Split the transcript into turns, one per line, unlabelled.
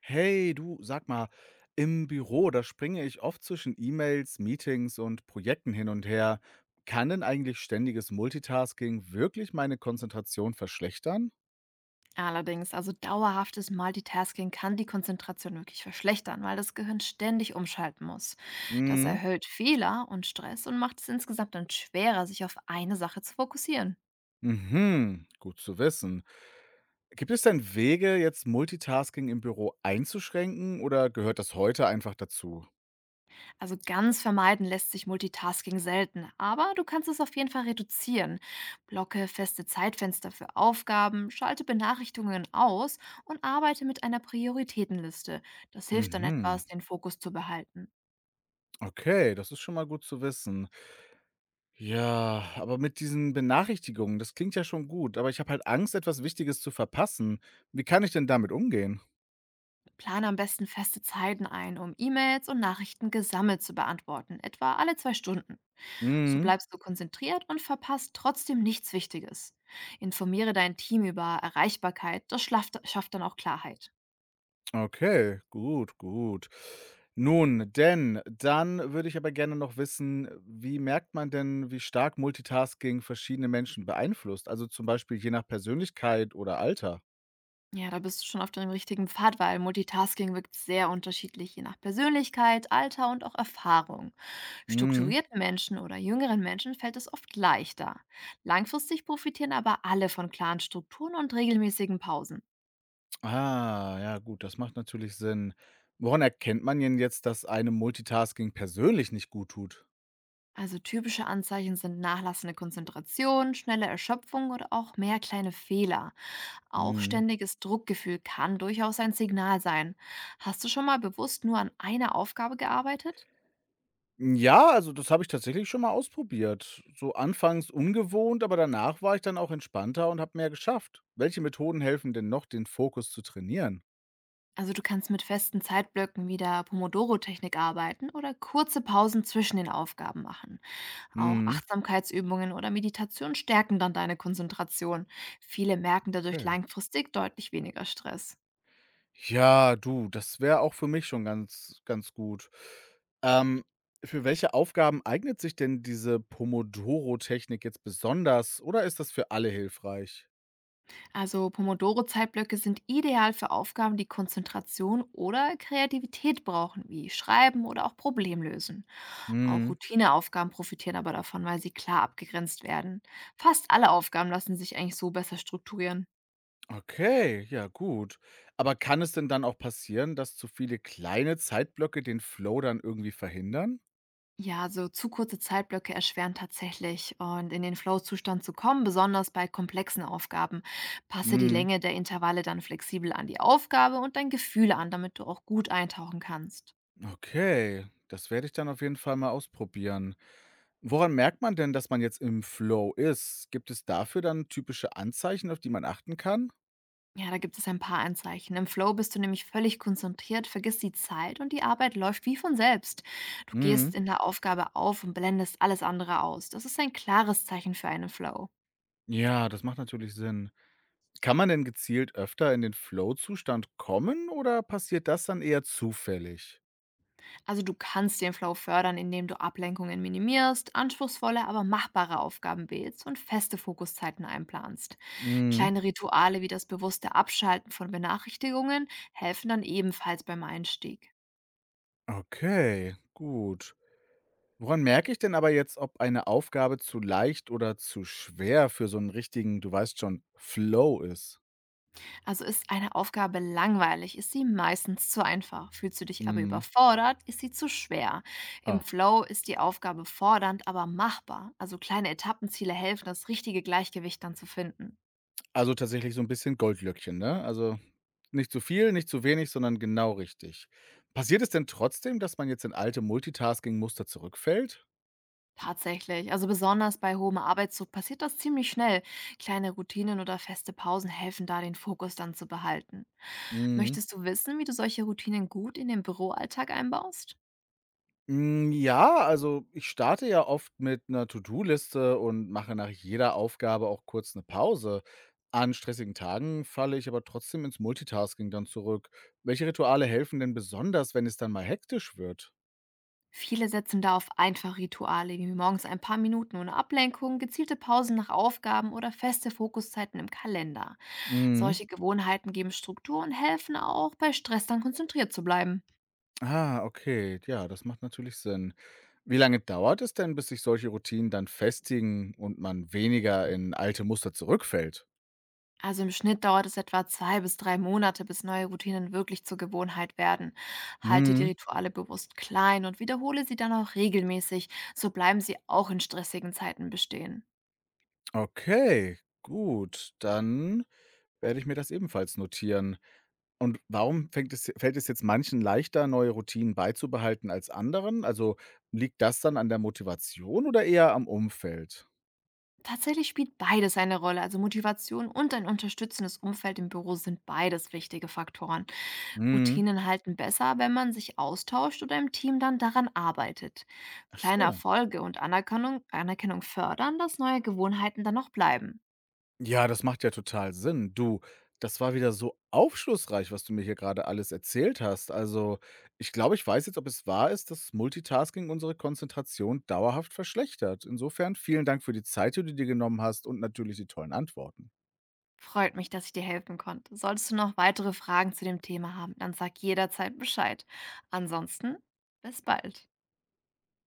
Hey, du, sag mal, im Büro, da springe ich oft zwischen E-Mails, Meetings und Projekten hin und her. Kann denn eigentlich ständiges Multitasking wirklich meine Konzentration verschlechtern?
Allerdings, also dauerhaftes Multitasking kann die Konzentration wirklich verschlechtern, weil das Gehirn ständig umschalten muss. Das
Mhm.
erhöht Fehler und Stress und macht es insgesamt dann schwerer, sich auf eine Sache zu fokussieren.
Mhm, gut zu wissen. Gibt es denn Wege, jetzt Multitasking im Büro einzuschränken oder gehört das heute einfach dazu?
Also ganz vermeiden lässt sich Multitasking selten, aber du kannst es auf jeden Fall reduzieren. Blocke feste Zeitfenster für Aufgaben, schalte Benachrichtigungen aus und arbeite mit einer Prioritätenliste. Das hilft dann
Mhm.
etwas, den Fokus zu behalten.
Okay, das ist schon mal gut zu wissen. Ja, aber mit diesen Benachrichtigungen, das klingt ja schon gut, aber ich habe halt Angst, etwas Wichtiges zu verpassen. Wie kann ich denn damit umgehen?
Plane am besten feste Zeiten ein, um E-Mails und Nachrichten gesammelt zu beantworten, etwa alle 2 Stunden. So
Mhm.
bleibst du konzentriert und verpasst trotzdem nichts Wichtiges. Informiere dein Team über Erreichbarkeit, das schafft dann auch Klarheit.
Okay, gut, gut. Nun, denn dann würde ich aber gerne noch wissen, wie merkt man denn, wie stark Multitasking verschiedene Menschen beeinflusst? Also zum Beispiel je nach Persönlichkeit oder Alter.
Ja, da bist du schon auf dem richtigen Pfad, weil Multitasking wirkt sehr unterschiedlich, je nach Persönlichkeit, Alter und auch Erfahrung.
Mhm.
Strukturierten Menschen oder jüngeren Menschen fällt es oft leichter. Langfristig profitieren aber alle von klaren Strukturen und regelmäßigen Pausen.
Ah, ja, gut, das macht natürlich Sinn. Woran erkennt man denn jetzt, dass einem Multitasking persönlich nicht gut tut?
Also typische Anzeichen sind nachlassende Konzentration, schnelle Erschöpfung oder auch mehr kleine Fehler. Auch
Mhm.
ständiges Druckgefühl kann durchaus ein Signal sein. Hast du schon mal bewusst nur an einer Aufgabe gearbeitet?
Ja, also das habe ich tatsächlich schon mal ausprobiert. So anfangs ungewohnt, aber danach war ich dann auch entspannter und habe mehr geschafft. Welche Methoden helfen denn noch, den Fokus zu trainieren?
Also du kannst mit festen Zeitblöcken wie der Pomodoro-Technik arbeiten oder kurze Pausen zwischen den Aufgaben machen. Auch
Mhm.
Achtsamkeitsübungen oder Meditation stärken dann deine Konzentration. Viele merken dadurch
Okay.
langfristig deutlich weniger Stress.
Ja, du, das wäre auch für mich schon ganz, ganz gut. Ähm, für welche Aufgaben eignet sich denn diese Pomodoro-Technik jetzt besonders oder ist das für alle hilfreich?
Also Pomodoro-Zeitblöcke sind ideal für Aufgaben, die Konzentration oder Kreativität brauchen, wie Schreiben oder auch Problemlösen. Auch
Mhm.
Routineaufgaben profitieren aber davon, weil sie klar abgegrenzt werden. Fast alle Aufgaben lassen sich eigentlich so besser strukturieren.
Okay, ja gut. Aber kann es denn dann auch passieren, dass zu viele kleine Zeitblöcke den Flow dann irgendwie verhindern?
Ja, so zu kurze Zeitblöcke erschweren tatsächlich und in den Flow-Zustand zu kommen, besonders bei komplexen Aufgaben. Passe die
Mhm.
Länge der Intervalle dann flexibel an die Aufgabe und dein Gefühl an, damit du auch gut eintauchen kannst.
Okay, das werde ich dann auf jeden Fall mal ausprobieren. Woran merkt man denn, dass man jetzt im Flow ist? Gibt es dafür dann typische Anzeichen, auf die man achten kann?
Ja, da gibt es ein paar Anzeichen. Im Flow bist du nämlich völlig konzentriert, vergisst die Zeit und die Arbeit läuft wie von selbst. Du gehst
Mhm.
in der Aufgabe auf und blendest alles andere aus. Das ist ein klares Zeichen für einen Flow.
Ja, das macht natürlich Sinn. Kann man denn gezielt öfter in den Flow-Zustand kommen oder passiert das dann eher zufällig?
Also du kannst den Flow fördern, indem du Ablenkungen minimierst, anspruchsvolle, aber machbare Aufgaben wählst und feste Fokuszeiten einplanst.
Mhm.
Kleine Rituale wie das bewusste Abschalten von Benachrichtigungen helfen dann ebenfalls beim Einstieg.
Okay, gut. Woran merke ich denn aber jetzt, ob eine Aufgabe zu leicht oder zu schwer für so einen richtigen, du weißt schon, Flow ist?
Also ist eine Aufgabe langweilig, ist sie meistens zu einfach. Fühlst du dich aber
Mhm.
überfordert, ist sie zu schwer. Im
Ah,
Flow ist die Aufgabe fordernd, aber machbar. Also kleine Etappenziele helfen, das richtige Gleichgewicht dann zu finden.
also tatsächlich so ein bisschen Goldlöckchen, ne? Also, nicht zu viel, nicht zu wenig, sondern genau richtig. Passiert es denn trotzdem, dass man jetzt in alte Multitasking-Muster zurückfällt?
Tatsächlich. Also besonders bei hohem Arbeitsdruck passiert das ziemlich schnell. Kleine Routinen oder feste Pausen helfen da, den Fokus dann zu behalten.
Mhm.
Möchtest du wissen, wie du solche Routinen gut in den Büroalltag einbaust?
Hm, ja, also ich starte ja oft mit einer To-do-Liste und mache nach jeder Aufgabe auch kurz eine Pause. An stressigen Tagen falle ich aber trotzdem ins Multitasking dann zurück. Welche Rituale helfen denn besonders, wenn es dann mal hektisch wird?
Viele setzen da auf einfache Rituale, wie morgens ein paar Minuten ohne Ablenkung, gezielte Pausen nach Aufgaben oder feste Fokuszeiten im Kalender.
Mhm.
Solche Gewohnheiten geben Struktur und helfen auch, bei Stress dann konzentriert zu bleiben.
Ah, okay. Ja, das macht natürlich Sinn. Wie lange dauert es denn, bis sich solche Routinen dann festigen und man weniger in alte Muster zurückfällt?
Also im Schnitt dauert es etwa 2 bis 3 Monate, bis neue Routinen wirklich zur Gewohnheit werden. Halte die
Mhm.
Rituale bewusst klein und wiederhole sie dann auch regelmäßig, so bleiben sie auch in stressigen Zeiten bestehen.
Okay, gut, dann werde ich mir das ebenfalls notieren. Und warum fängt es fällt es jetzt manchen leichter, neue Routinen beizubehalten als anderen? Also, liegt das dann an der Motivation oder eher am Umfeld?
Tatsächlich spielt beides eine Rolle. Also Motivation und ein unterstützendes Umfeld im Büro sind beides wichtige Faktoren.
Mhm.
Routinen halten besser, wenn man sich austauscht oder im Team dann daran arbeitet.
Ach
Kleine
so.
Erfolge und Anerkennung fördern, dass neue Gewohnheiten dann noch bleiben.
Ja, das macht ja total Sinn. Du, das war wieder so aufschlussreich, was du mir hier gerade alles erzählt hast. Also, ich glaube, ich weiß jetzt, ob es wahr ist, dass Multitasking unsere Konzentration dauerhaft verschlechtert. Insofern vielen Dank für die Zeit, die du dir genommen hast und natürlich die tollen Antworten.
Freut mich, dass ich dir helfen konnte. Solltest du noch weitere Fragen zu dem Thema haben, dann sag jederzeit Bescheid. Ansonsten, bis bald.